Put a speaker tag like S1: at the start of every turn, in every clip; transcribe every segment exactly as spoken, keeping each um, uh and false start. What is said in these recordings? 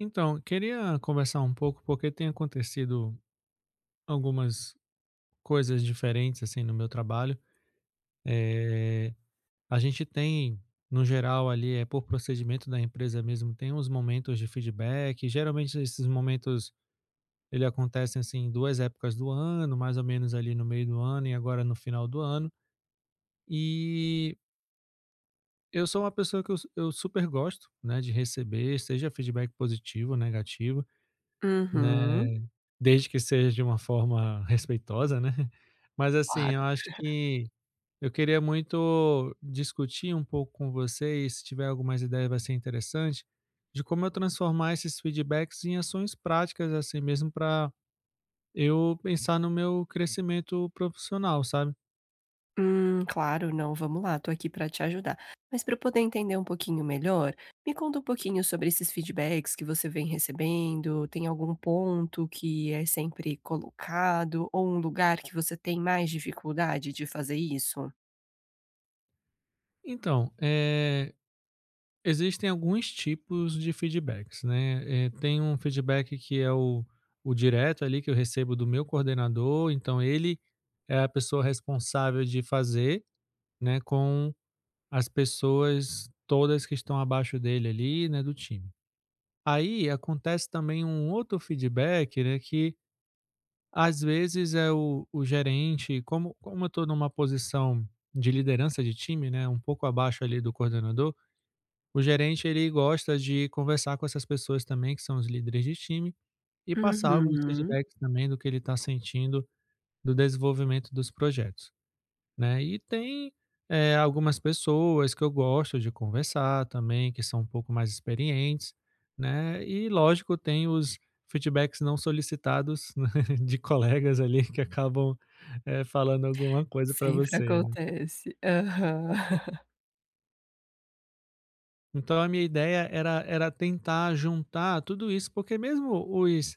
S1: Então, queria conversar um pouco, porque tem acontecido algumas coisas diferentes, assim, no meu trabalho. Eh, a gente tem, no geral, ali, é por procedimento da empresa mesmo, tem uns momentos de feedback. Geralmente, esses momentos, ele acontecem, assim, em duas épocas do ano, mais ou menos ali no meio do ano e agora no final do ano. E eu sou uma pessoa que eu, eu super gosto, né, de receber, seja feedback positivo, negativo, né?
S2: Uhum.
S1: Desde que seja de uma forma respeitosa, né. Mas assim,
S2: Claro.
S1: eu acho que eu queria muito discutir um pouco com você e se tiver algumas ideias vai ser interessante, de como eu transformar esses feedbacks em ações práticas, assim mesmo, para eu pensar no meu crescimento profissional, sabe.
S2: Hum, claro, não, vamos lá, tô aqui pra te ajudar. Mas para eu poder entender um pouquinho melhor, me conta um pouquinho sobre esses feedbacks que você vem recebendo. Tem algum ponto que é sempre colocado ou um lugar que você tem mais dificuldade de fazer isso?
S1: Então, eh Existem alguns tipos de feedbacks, né. Eh, tem um feedback que é o o direto ali que eu recebo do meu coordenador, então ele é a pessoa responsável de fazer, né, com as pessoas todas que estão abaixo dele ali, né, do time. Aí acontece também um outro feedback, né, que às vezes é o o gerente, como como eu estou numa posição de liderança de time, né, um pouco abaixo ali do coordenador, o gerente ele gosta de conversar com essas pessoas também, que são os líderes de time, e passar alguns
S2: Uhum.
S1: feedbacks também do que ele está sentindo do desenvolvimento dos projetos, né. E tem, eh, algumas pessoas que eu gosto de conversar também, que são um pouco mais experientes, né, e lógico tem os feedbacks não solicitados, né, de colegas ali que acabam, eh, falando alguma coisa para
S2: Sempre
S1: você, né.
S2: acontece. Aham.
S1: Então a minha ideia era era tentar juntar tudo isso, porque mesmo os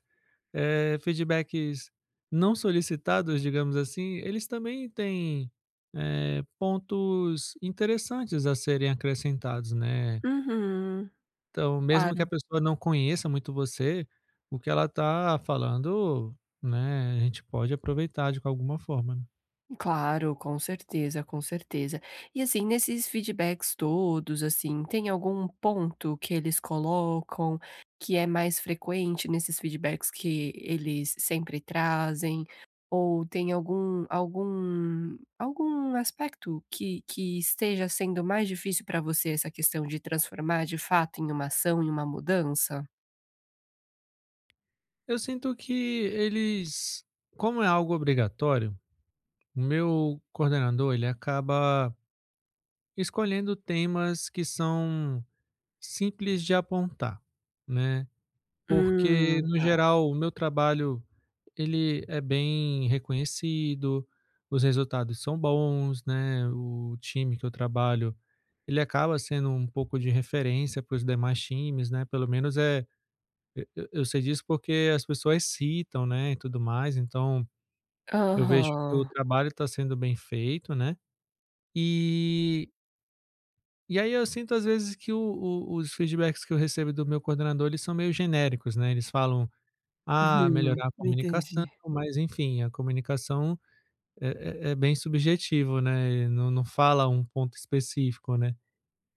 S1: eh, feedbacks não solicitados, digamos assim, eles também têm, eh, pontos interessantes a serem acrescentados, né.
S2: Uhum.
S1: Então, mesmo que a
S2: Claro.
S1: pessoa não conheça muito você, o que ela está falando, né, a gente pode aproveitar de alguma forma, né.
S2: Claro, com certeza, com certeza. E assim, nesses feedbacks todos, assim, tem algum ponto que eles colocam que é mais frequente nesses feedbacks que eles sempre trazem? Ou tem algum algum algum aspecto que que esteja sendo mais difícil para você essa questão de transformar de fato em uma ação, em uma mudança?
S1: Eu sinto que eles, como é algo obrigatório, o meu coordenador, ele acaba escolhendo temas que são simples de apontar, né. Porque
S2: Hum,
S1: no
S2: tá.
S1: geral o meu trabalho, ele é bem reconhecido, os resultados são bons, né, o time que eu trabalho, ele acaba sendo um pouco de referência para os demais times, né, pelo menos é eu eu sei disso porque as pessoas citam, né, e tudo mais, então eu vejo que o
S2: Aham.
S1: trabalho está sendo bem feito, né. E e aí eu sinto às vezes que o o os feedbacks que eu recebo do meu coordenador, eles são meio genéricos, né, eles falam: "Ah,
S2: Uhum,
S1: melhorar a comunicação",
S2: entendi.
S1: mas enfim, a comunicação é é é bem subjetivo, né, não não fala um ponto específico, né.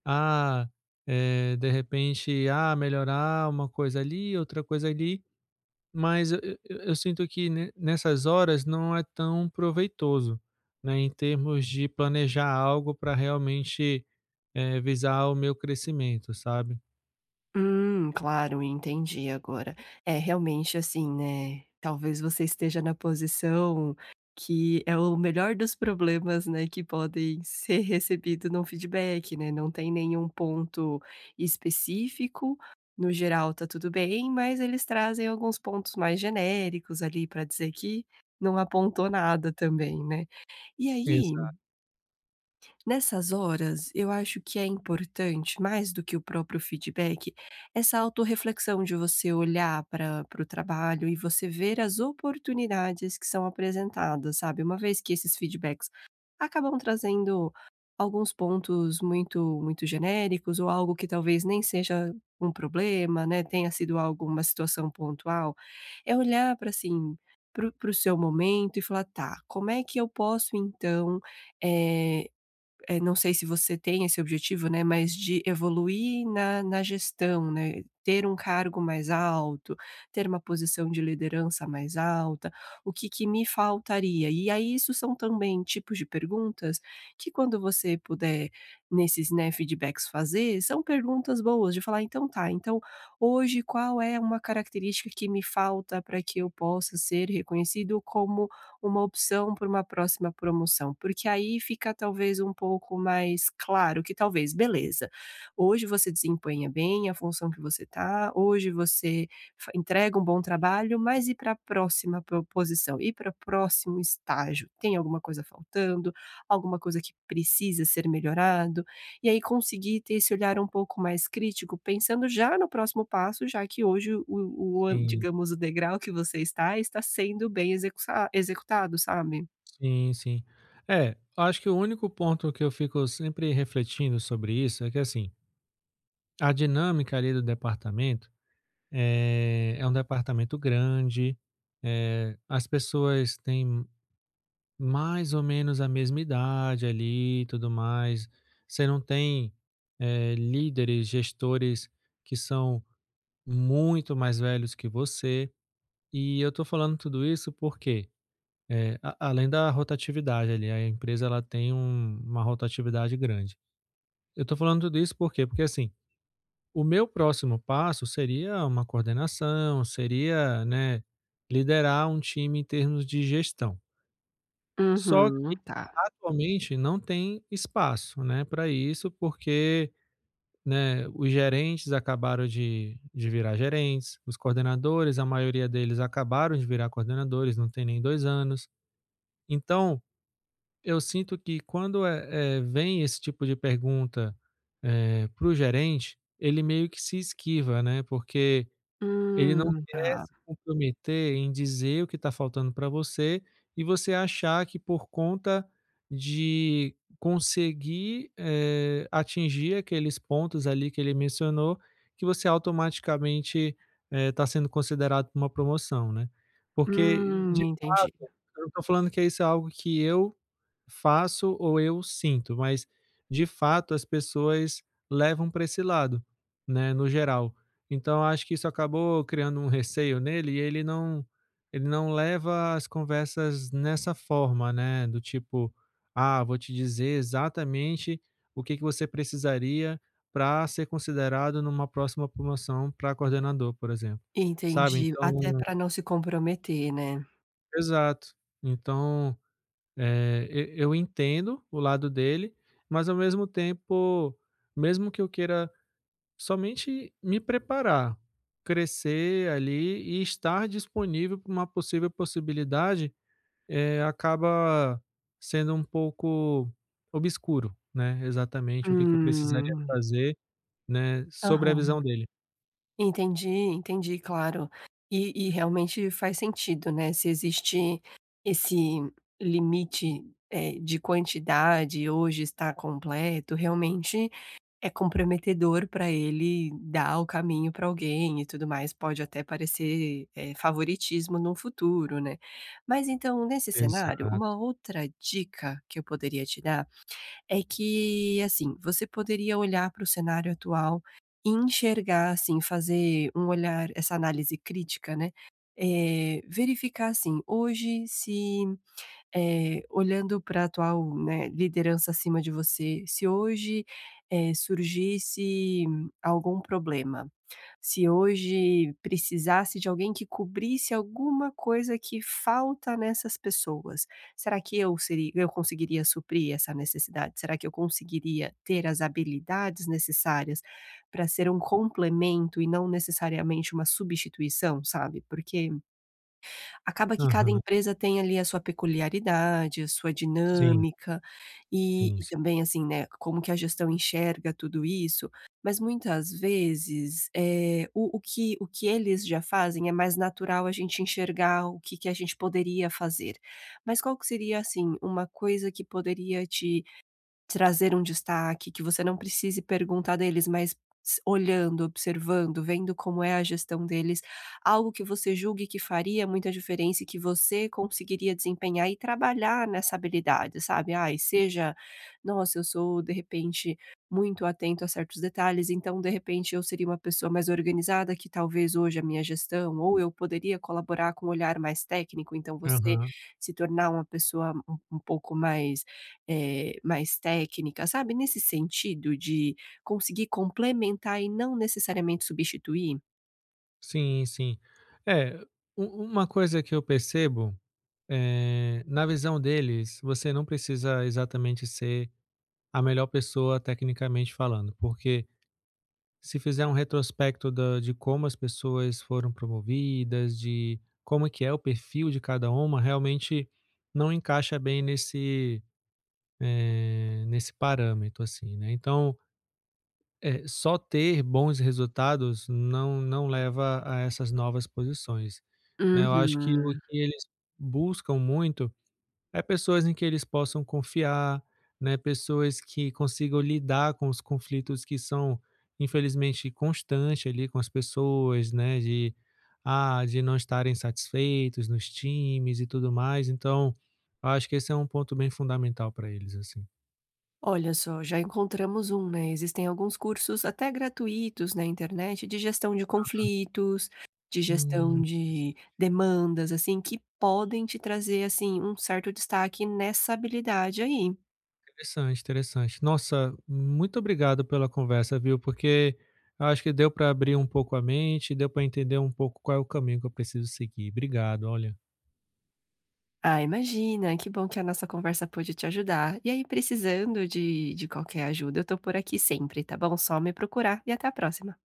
S1: Ah, eh, de repente, ah, melhorar uma coisa ali, outra coisa ali, mas eu eu eu eu sinto que ne nessas horas não é tão proveitoso, né, em termos de planejar algo para realmente, eh, visar o meu crescimento, sabe.
S2: Hum, claro, entendi agora. É, realmente, assim, né, talvez você esteja na posição que é o melhor dos problemas, né, que podem ser recebido num feedback, né, não tem nenhum ponto específico, no geral tá tudo bem, mas eles trazem alguns pontos mais genéricos ali para dizer que não apontou nada também, né. E aí
S1: Exato.
S2: nessas horas, eu acho que é importante, mais do que o próprio feedback, essa autorreflexão de você olhar para para o trabalho e você ver as oportunidades que são apresentadas, sabe? Uma vez que esses feedbacks acabam trazendo alguns pontos muito muito genéricos ou algo que talvez nem seja um problema, né? Tenha sido algo, uma situação pontual, é olhar para assim para o seu momento e falar, tá, como é que eu posso então eh, eh, não sei se você tem esse objetivo, né, mas de evoluir na na gestão, né, ter um cargo mais alto, ter uma posição de liderança mais alta, o que que me faltaria? E aí isso são também tipos de perguntas que quando você puder nesses, né, feedbacks fazer, são perguntas boas de falar: "Então tá, então hoje qual é uma característica que me falta para que eu possa ser reconhecido como uma opção para uma próxima promoção, porque aí fica talvez um pouco mais claro que talvez, beleza, hoje você desempenha bem a função que você está, hoje você fa entrega um bom trabalho, mas e para a próxima po posição? E para o próximo estágio? Tem alguma coisa faltando? Alguma coisa que precisa ser melhorado? E aí conseguir ter esse olhar um pouco mais crítico, pensando já no próximo passo, já que hoje o o an
S1: Sim.
S2: digamos, o degrau que você está, está sendo bem execuça executado, sabe.
S1: Sim, sim. É, acho que o único ponto que eu fico sempre refletindo sobre isso é que, assim, a dinâmica ali do departamento é, é um departamento grande, é, as pessoas têm mais ou menos a mesma idade ali e tudo mais. Você não tem é, líderes, gestores que são muito mais velhos que você. E eu tô falando tudo isso porque é, a além da rotatividade ali, a empresa ela tem um uma rotatividade grande. Eu estou falando tudo isso por quê? Porque assim, o meu próximo passo seria uma coordenação, seria, né, liderar um time em termos de gestão. Só que
S2: Uhum, tá.
S1: atualmente não tem espaço, né, para isso, porque, né, os gerentes acabaram de de virar gerentes, os coordenadores, a maioria deles acabaram de virar coordenadores, não tem nem dois anos. Então eu sinto que quando, eh eh, vem esse tipo de pergunta, eh, para o gerente, ele meio que se esquiva, né, porque ele não
S2: Hum,
S1: quer
S2: tá.
S1: se comprometer em dizer o que está faltando para você e você achar que por conta de conseguir, eh, atingir aqueles pontos ali que ele mencionou, que você automaticamente, eh, está sendo considerado para uma promoção, né. Porque
S2: Hum,
S1: de fato,
S2: entendi,
S1: eu não estou falando que isso é algo que eu faço ou eu sinto, mas de fato as pessoas levam para esse lado, né, no geral. Então acho que isso acabou criando um receio nele e ele não ele não leva as conversas nessa forma, né, do tipo: "Ah, vou te dizer exatamente o que que você precisaria para ser considerado numa próxima promoção para coordenador", por exemplo, sabe.
S2: entendi. Até
S1: Então
S2: para não se comprometer, né.
S1: exato. Então eh, e eu entendo o lado dele, mas ao mesmo tempo, mesmo que eu queira somente me preparar, crescer ali e estar disponível para uma possível possibilidade, eh, acaba sendo um pouco obscuro, né, exatamente o que que eu precisaria
S2: Hum.
S1: fazer, né, sobre a
S2: Aham.
S1: visão dele.
S2: Entendi, entendi, claro. E e realmente faz sentido, né, se existe esse limite, eh, de quantidade, hoje está completo, realmente é comprometedor para ele dar o caminho para alguém e tudo mais, pode até parecer, eh, favoritismo no futuro, né. Mas então, nesse cenário,
S1: Exato.
S2: uma outra dica que eu poderia te dar é que, assim, você poderia olhar para o cenário atual e enxergar, assim, fazer um olhar essa análise crítica, né, eh, verificar, assim, hoje se, eh, olhando para a atual, né, liderança acima de você, se hoje, eh, surgisse algum problema, se hoje precisasse de alguém que cobrisse alguma coisa que falta nessas pessoas, será que eu seria, eu conseguiria suprir essa necessidade? Será que eu conseguiria ter as habilidades necessárias para ser um complemento e não necessariamente uma substituição, sabe? Porque acaba que cada
S1: Aham.
S2: empresa tem ali a sua peculiaridade, a sua
S1: Sim,
S2: dinâmica, e
S1: sim,
S2: e
S1: sim.
S2: também, assim, né, como que a gestão enxerga tudo isso, mas muitas vezes, eh, o o que o que eles já fazem é mais natural a gente enxergar o que que a gente poderia fazer. Mas qual que seria, assim, uma coisa que poderia te trazer um destaque, que você não precise perguntar deles, mas s olhando, observando, vendo como é a gestão deles, algo que você julgue que faria muita diferença e que você conseguiria desempenhar e trabalhar nessa habilidade, sabe. Ai, seja: "Nossa, eu sou, de repente, muito atento a certos detalhes, então, de repente, eu seria uma pessoa mais organizada que talvez hoje a minha gestão" ou "eu poderia colaborar com um olhar mais técnico", então você
S1: Aham.
S2: se tornar uma pessoa um um pouco mais eh, mais técnica, sabe, nesse sentido de conseguir complementar e não necessariamente substituir?
S1: Sim, sim. É, u uma coisa que eu percebo, Eh, na visão deles, você não precisa exatamente ser a melhor pessoa tecnicamente falando, porque se fizer um retrospecto da- de como as pessoas foram promovidas, de como que é o perfil de cada uma, realmente não encaixa bem nesse, eh, nesse parâmetro, assim, né? Então, eh, só ter bons resultados não, não leva a essas novas posições, né? Eu acho que o
S2: Uhum.
S1: que eles buscam muito é, pessoas em que eles possam confiar, né, pessoas que consigam lidar com os conflitos que são, infelizmente, constantes ali com as pessoas, né, de, ah, de não estarem satisfeitos nos times e tudo mais, então, eu acho que esse é um ponto bem fundamental para eles, assim.
S2: Olha só, já encontramos um, né, existem alguns cursos até gratuitos na internet de gestão de conflitos, de gestão
S1: Hum,
S2: de demandas, assim, que podem te trazer, assim, um certo destaque nessa habilidade aí.
S1: interessante, interessante. Nossa, muito obrigado pela conversa, viu, porque eu acho que deu para abrir um pouco a mente, deu para entender um pouco qual é o caminho que eu preciso seguir. Obrigado, olha.
S2: Ah, imagina, que bom que a nossa conversa pôde te ajudar. E aí, precisando de, de qualquer ajuda, eu tô por aqui sempre, tá bom? Só me procurar e até a próxima.